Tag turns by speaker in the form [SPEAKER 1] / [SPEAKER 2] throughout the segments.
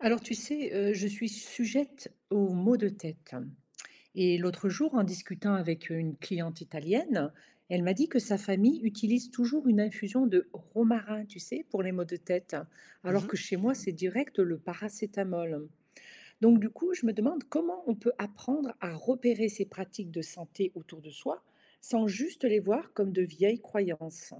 [SPEAKER 1] Alors tu sais, je suis sujette aux maux de tête et l'autre jour, en discutant avec une cliente italienne, elle m'a dit que sa famille utilise toujours une infusion de romarin, tu sais, pour les maux de tête, alors
[SPEAKER 2] Mmh.
[SPEAKER 1] que chez moi, c'est direct le paracétamol. Donc du coup, je me demande comment on peut apprendre à repérer ces pratiques de santé autour de soi sans juste les voir comme de vieilles croyances.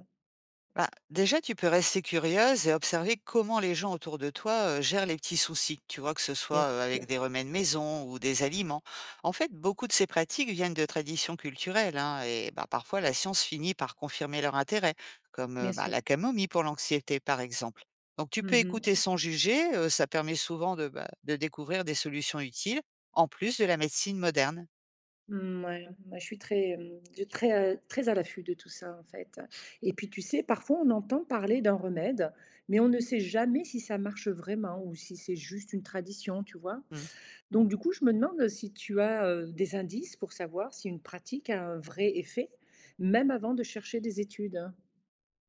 [SPEAKER 2] Bah, déjà, tu peux rester curieuse et observer comment les gens autour de toi, gèrent les petits soucis. Tu vois? Que ce
[SPEAKER 1] Bien
[SPEAKER 2] soit,
[SPEAKER 1] sûr,
[SPEAKER 2] avec des remèdes maison ou des aliments. En fait, beaucoup de ces pratiques viennent de traditions culturelles, hein, et bah, parfois la science finit par confirmer leur intérêt, comme,
[SPEAKER 1] bien
[SPEAKER 2] bah,
[SPEAKER 1] sûr.
[SPEAKER 2] la camomille pour l'anxiété, par exemple. Donc tu peux
[SPEAKER 1] Mmh.
[SPEAKER 2] écouter sans juger, ça permet souvent de, bah, de découvrir des solutions utiles, en plus de la médecine moderne.
[SPEAKER 1] Mmh, ouais, moi, je suis très, très à l'affût de tout ça, en fait, et puis, tu sais, parfois, on entend parler d'un remède, mais on ne sait jamais si ça marche vraiment ou si c'est juste une tradition, tu vois?
[SPEAKER 2] Mmh.
[SPEAKER 1] Donc du coup, je me demande si tu as, des indices pour savoir si une pratique a un vrai effet, même avant de chercher des études, hein?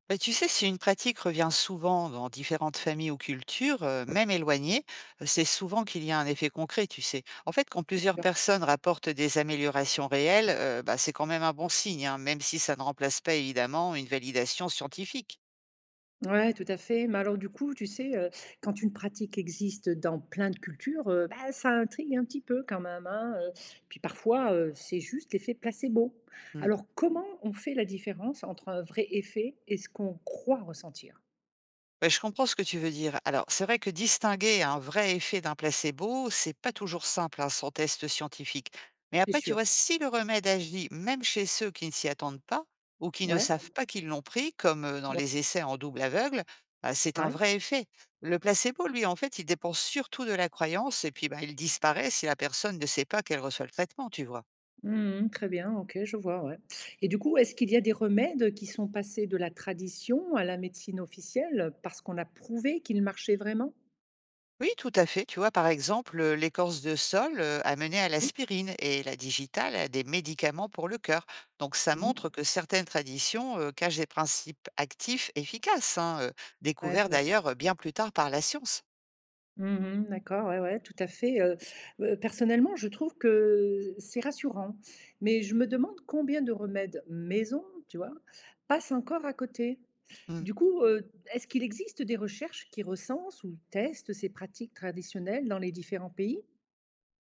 [SPEAKER 2] Bah, tu sais, si une pratique revient souvent dans différentes familles ou cultures, même éloignées, c'est souvent qu'il y a un effet concret, tu sais. En fait, quand
[SPEAKER 1] C'est
[SPEAKER 2] plusieurs
[SPEAKER 1] sûr.
[SPEAKER 2] personnes rapportent des améliorations réelles, bah, c'est quand même un bon signe, hein, même si ça ne remplace pas évidemment une validation scientifique.
[SPEAKER 1] Ouais, tout à fait. Mais alors du coup, tu sais, quand une pratique existe dans plein de cultures, bah, ça intrigue un petit peu quand même, hein, puis parfois, c'est juste l'effet placebo. Alors comment on fait la différence entre un vrai effet et ce qu'on croit ressentir?
[SPEAKER 2] Ouais, je comprends ce que tu veux dire. Alors, c'est vrai que distinguer un vrai effet d'un placebo, c'est pas toujours simple, hein, sans test scientifique. Mais
[SPEAKER 1] C'est
[SPEAKER 2] après, tu
[SPEAKER 1] sûr.
[SPEAKER 2] vois, si le remède agit même chez ceux qui ne s'y attendent pas ou qui ne
[SPEAKER 1] Ouais,
[SPEAKER 2] savent pas qu'ils l'ont pris, comme dans
[SPEAKER 1] ouais,
[SPEAKER 2] les essais en double aveugle, bah, c'est un
[SPEAKER 1] ouais.
[SPEAKER 2] vrai effet. Le placebo, lui, en fait, il dépend surtout de la croyance et puis bah, il disparaît si la personne ne sait pas qu'elle reçoit le traitement, tu vois.
[SPEAKER 1] Mmh, très bien, OK, je vois, ouais. Et du coup, est-ce qu'il y a des remèdes qui sont passés de la tradition à la médecine officielle parce qu'on a prouvé qu'ils marchaient vraiment?
[SPEAKER 2] Oui, tout à fait. Tu vois, par exemple, l'écorce de sol a mené à
[SPEAKER 1] Oui.
[SPEAKER 2] l'aspirine et la digitale à des médicaments pour le cœur. Donc, ça montre
[SPEAKER 1] Mmh.
[SPEAKER 2] que certaines traditions cachent des principes actifs efficaces, hein,
[SPEAKER 1] Ouais, je
[SPEAKER 2] découverts
[SPEAKER 1] vois.
[SPEAKER 2] d'ailleurs bien plus tard par la science.
[SPEAKER 1] Mmh, d'accord, ouais, ouais, tout à fait, personnellement, je trouve que c'est rassurant, mais je me demande combien de remèdes maison, tu vois, passent encore à côté?
[SPEAKER 2] Mm.
[SPEAKER 1] Du coup, est-ce qu'il existe des recherches qui recensent ou testent ces pratiques traditionnelles dans les différents pays?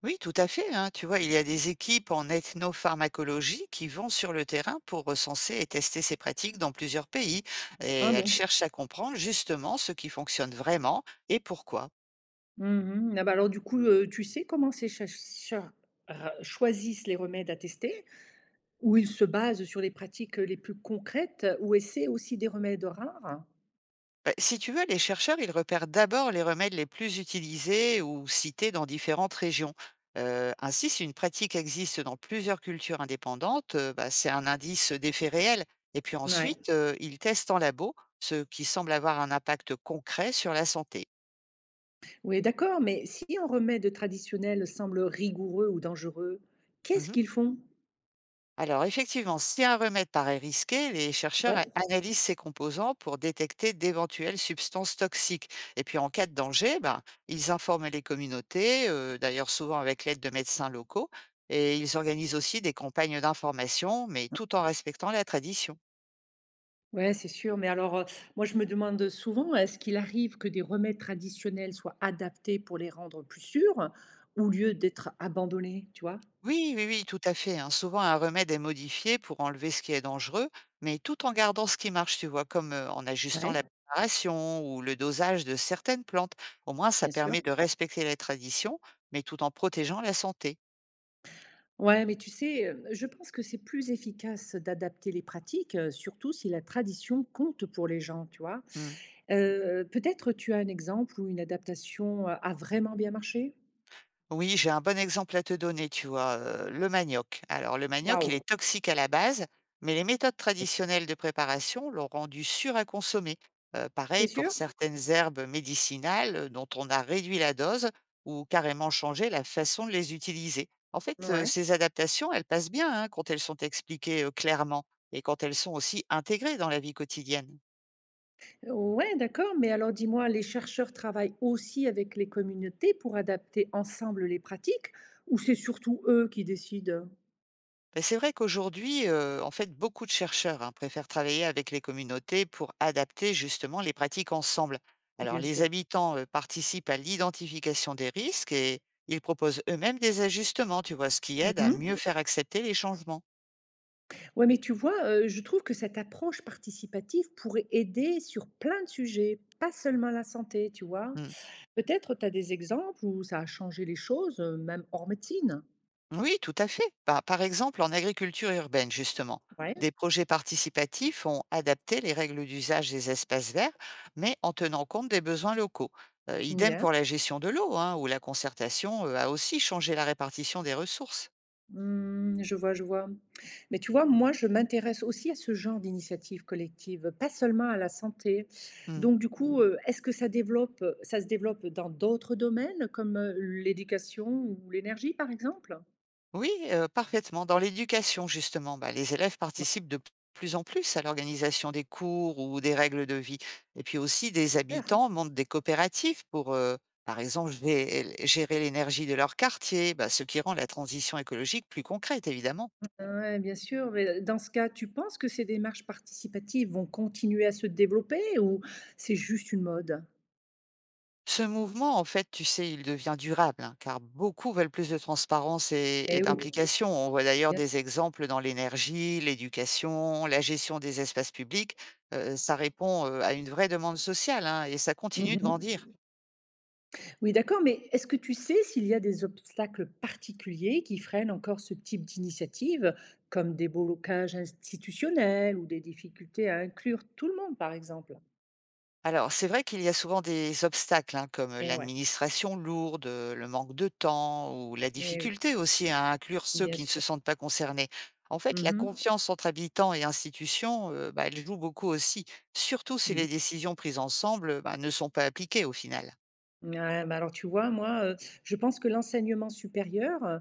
[SPEAKER 2] Oui, tout à fait, hein. Tu vois, il y a des équipes en ethnopharmacologie qui vont sur le terrain pour recenser et tester ces pratiques dans plusieurs pays. Et
[SPEAKER 1] Ah
[SPEAKER 2] elles
[SPEAKER 1] bon?
[SPEAKER 2] cherchent à comprendre justement ce qui fonctionne vraiment et pourquoi.
[SPEAKER 1] Mmh. Ah bah, alors du coup, tu sais comment ces chercheurs ra choisissent les remèdes à tester? Ou ils se basent sur les pratiques les plus concrètes ou essaient aussi des remèdes rares?
[SPEAKER 2] Bah, si tu veux, les chercheurs, ils repèrent d'abord les remèdes les plus utilisés ou cités dans différentes régions. Ainsi, si une pratique existe dans plusieurs cultures indépendantes, bah, c'est un indice d'effet réel. Et puis
[SPEAKER 1] Ouais.
[SPEAKER 2] ensuite, ils testent en labo, ce qui semble avoir un impact concret sur la santé.
[SPEAKER 1] Oui, d'accord, mais si un remède traditionnel semble rigoureux ou dangereux, qu'est-ce
[SPEAKER 2] Mhm.
[SPEAKER 1] qu'ils font?
[SPEAKER 2] Alors effectivement, si un remède paraît risqué, les chercheurs
[SPEAKER 1] Ouais,
[SPEAKER 2] analysent ses composants pour détecter d'éventuelles substances toxiques. Et puis en cas de danger, ben, ils informent les communautés, d'ailleurs souvent avec l'aide de médecins locaux, et ils organisent aussi des campagnes d'information, mais tout en respectant la tradition.
[SPEAKER 1] ouais, c'est sûr. Mais alors, moi, je me demande souvent, est-ce qu'il arrive que des remèdes traditionnels soient adaptés pour les rendre plus sûrs, au lieu d'être abandonnés, tu vois?
[SPEAKER 2] Oui, oui, oui, tout à fait, hein. Souvent, un remède est modifié pour enlever ce qui est dangereux, mais tout en gardant ce qui marche, tu vois, comme en ajustant
[SPEAKER 1] Ouais,
[SPEAKER 2] la préparation ou le dosage de certaines plantes. Au moins, ça
[SPEAKER 1] bien sûr.
[SPEAKER 2] permet de respecter la tradition, mais tout en protégeant la santé.
[SPEAKER 1] Ouais, mais tu sais, je pense que c'est plus efficace d'adapter les pratiques, surtout si la tradition compte pour les gens, tu vois.
[SPEAKER 2] Mmh.
[SPEAKER 1] Peut-être tu as un exemple où une adaptation a vraiment bien marché?
[SPEAKER 2] Oui, j'ai un bon exemple à te donner, tu vois, le manioc. Alors le manioc, il
[SPEAKER 1] Waouh!
[SPEAKER 2] est toxique à la base, mais les méthodes traditionnelles de préparation l'ont rendu sûr à consommer.
[SPEAKER 1] C'est
[SPEAKER 2] Pareil pour
[SPEAKER 1] sûr?
[SPEAKER 2] certaines herbes médicinales, dont on a réduit la dose ou carrément changé la façon de les utiliser. En fait,
[SPEAKER 1] Ouais.
[SPEAKER 2] ces adaptations, elles passent bien, hein, quand elles sont expliquées, clairement et quand elles sont aussi intégrées dans la vie quotidienne.
[SPEAKER 1] Ouais, d'accord. Mais alors dis-moi, les chercheurs travaillent aussi avec les communautés pour adapter ensemble les pratiques, ou c'est surtout eux qui décident?
[SPEAKER 2] Ben, c'est vrai qu'aujourd'hui, en fait, beaucoup de chercheurs, hein, préfèrent travailler avec les communautés pour adapter justement les pratiques ensemble. Alors
[SPEAKER 1] Bien
[SPEAKER 2] les
[SPEAKER 1] sûr.
[SPEAKER 2] habitants, participent à l'identification des risques et ils proposent eux-mêmes des ajustements, tu vois? Ce qui aide à mieux
[SPEAKER 1] Mhm.
[SPEAKER 2] faire accepter les changements.
[SPEAKER 1] Ouais, mais tu vois, je trouve que cette approche participative pourrait aider sur plein de sujets, pas seulement la santé, tu vois.
[SPEAKER 2] Mmh.
[SPEAKER 1] Peut-être tu as des exemples où ça a changé les choses, même hors médecine.
[SPEAKER 2] Oui, tout à fait. Par exemple, en agriculture urbaine, justement,
[SPEAKER 1] Ouais.
[SPEAKER 2] des projets participatifs ont adapté les règles d'usage des espaces verts, mais en tenant compte des besoins locaux. Idem pour la gestion de l'eau, hein, où la concertation a aussi changé la répartition des ressources.
[SPEAKER 1] Mmh, je vois, je vois. Mais tu vois, moi, je m'intéresse aussi à ce genre d'initiative collective, pas seulement à la santé.
[SPEAKER 2] Mm.
[SPEAKER 1] Donc, du coup, est-ce que ça se développe dans d'autres domaines, comme l'éducation ou l'énergie, par exemple?
[SPEAKER 2] Oui, parfaitement. Dans l'éducation justement, bah, les élèves
[SPEAKER 1] Non.
[SPEAKER 2] participent de plus en plus à l'organisation des cours ou des règles de vie et puis aussi des
[SPEAKER 1] Super.
[SPEAKER 2] habitants montent des coopératives pour, par exemple, gé gérer l'énergie de leur quartier, bah, ce qui rend la transition écologique plus concrète évidemment.
[SPEAKER 1] Oui, bien sûr. Mais dans ce cas, tu penses que ces démarches participatives vont continuer à se développer ou c'est juste une mode?
[SPEAKER 2] Ce mouvement, en fait, tu sais, il devient durable, hein, car beaucoup veulent plus de transparence et
[SPEAKER 1] Eh oui,
[SPEAKER 2] d'implication. On voit d'ailleurs
[SPEAKER 1] bien
[SPEAKER 2] des exemples dans l'énergie, l'éducation, la gestion des espaces publics. Ça répond à une vraie demande sociale, hein, et ça continue de
[SPEAKER 1] sûr.
[SPEAKER 2] grandir.
[SPEAKER 1] Oui, d'accord, mais est-ce que tu sais s'il y a des obstacles particuliers qui freinent encore ce type d'initiative, comme des blocages institutionnels ou des difficultés à inclure tout le monde, par exemple?
[SPEAKER 2] Alors, c'est vrai qu'il y a souvent des obstacles, hein, comme
[SPEAKER 1] Eh ouais,
[SPEAKER 2] l'administration lourde, le manque de temps ou la
[SPEAKER 1] eh oui,
[SPEAKER 2] difficulté aussi à inclure ceux
[SPEAKER 1] bien
[SPEAKER 2] qui ne se
[SPEAKER 1] sûr.
[SPEAKER 2] sentent pas concernés. En fait, la
[SPEAKER 1] Mhm,
[SPEAKER 2] confiance entre habitants et institutions, bah, elle joue beaucoup aussi, surtout si
[SPEAKER 1] mhm.
[SPEAKER 2] les décisions prises ensemble, bah, ne sont pas appliquées au final.
[SPEAKER 1] Ouais, bah alors tu vois, moi, je pense que l'enseignement supérieur,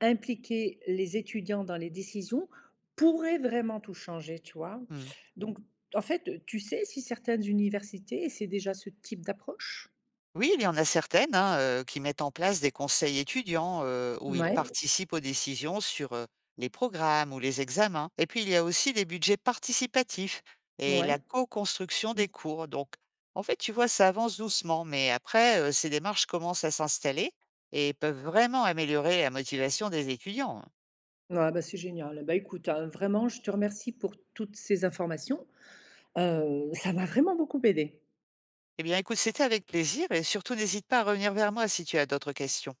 [SPEAKER 1] impliquer les étudiants dans les décisions, pourrait vraiment tout changer, tu vois.
[SPEAKER 2] Hmm.
[SPEAKER 1] Donc, en fait, tu sais si certaines universités essaient déjà ce type d'approche?
[SPEAKER 2] Oui, il y en a certaines, hein, qui mettent en place des conseils étudiants, où ils
[SPEAKER 1] Ouais,
[SPEAKER 2] participent aux décisions sur, les programmes ou les examens. Et puis, il y a aussi les budgets participatifs et la
[SPEAKER 1] ouais.
[SPEAKER 2] co-construction des cours. Donc, en fait, tu vois, ça avance doucement, mais après, ces démarches commencent à s'installer et peuvent vraiment améliorer la motivation des étudiants, hein.
[SPEAKER 1] Ah bah, c'est génial. Bah, écoute, hein, vraiment, je te remercie pour toutes ces informations. Ça m'a vraiment beaucoup aidé.
[SPEAKER 2] Eh bien, écoute, c'était avec plaisir et surtout n'hésite pas à revenir vers moi si tu as d'autres questions.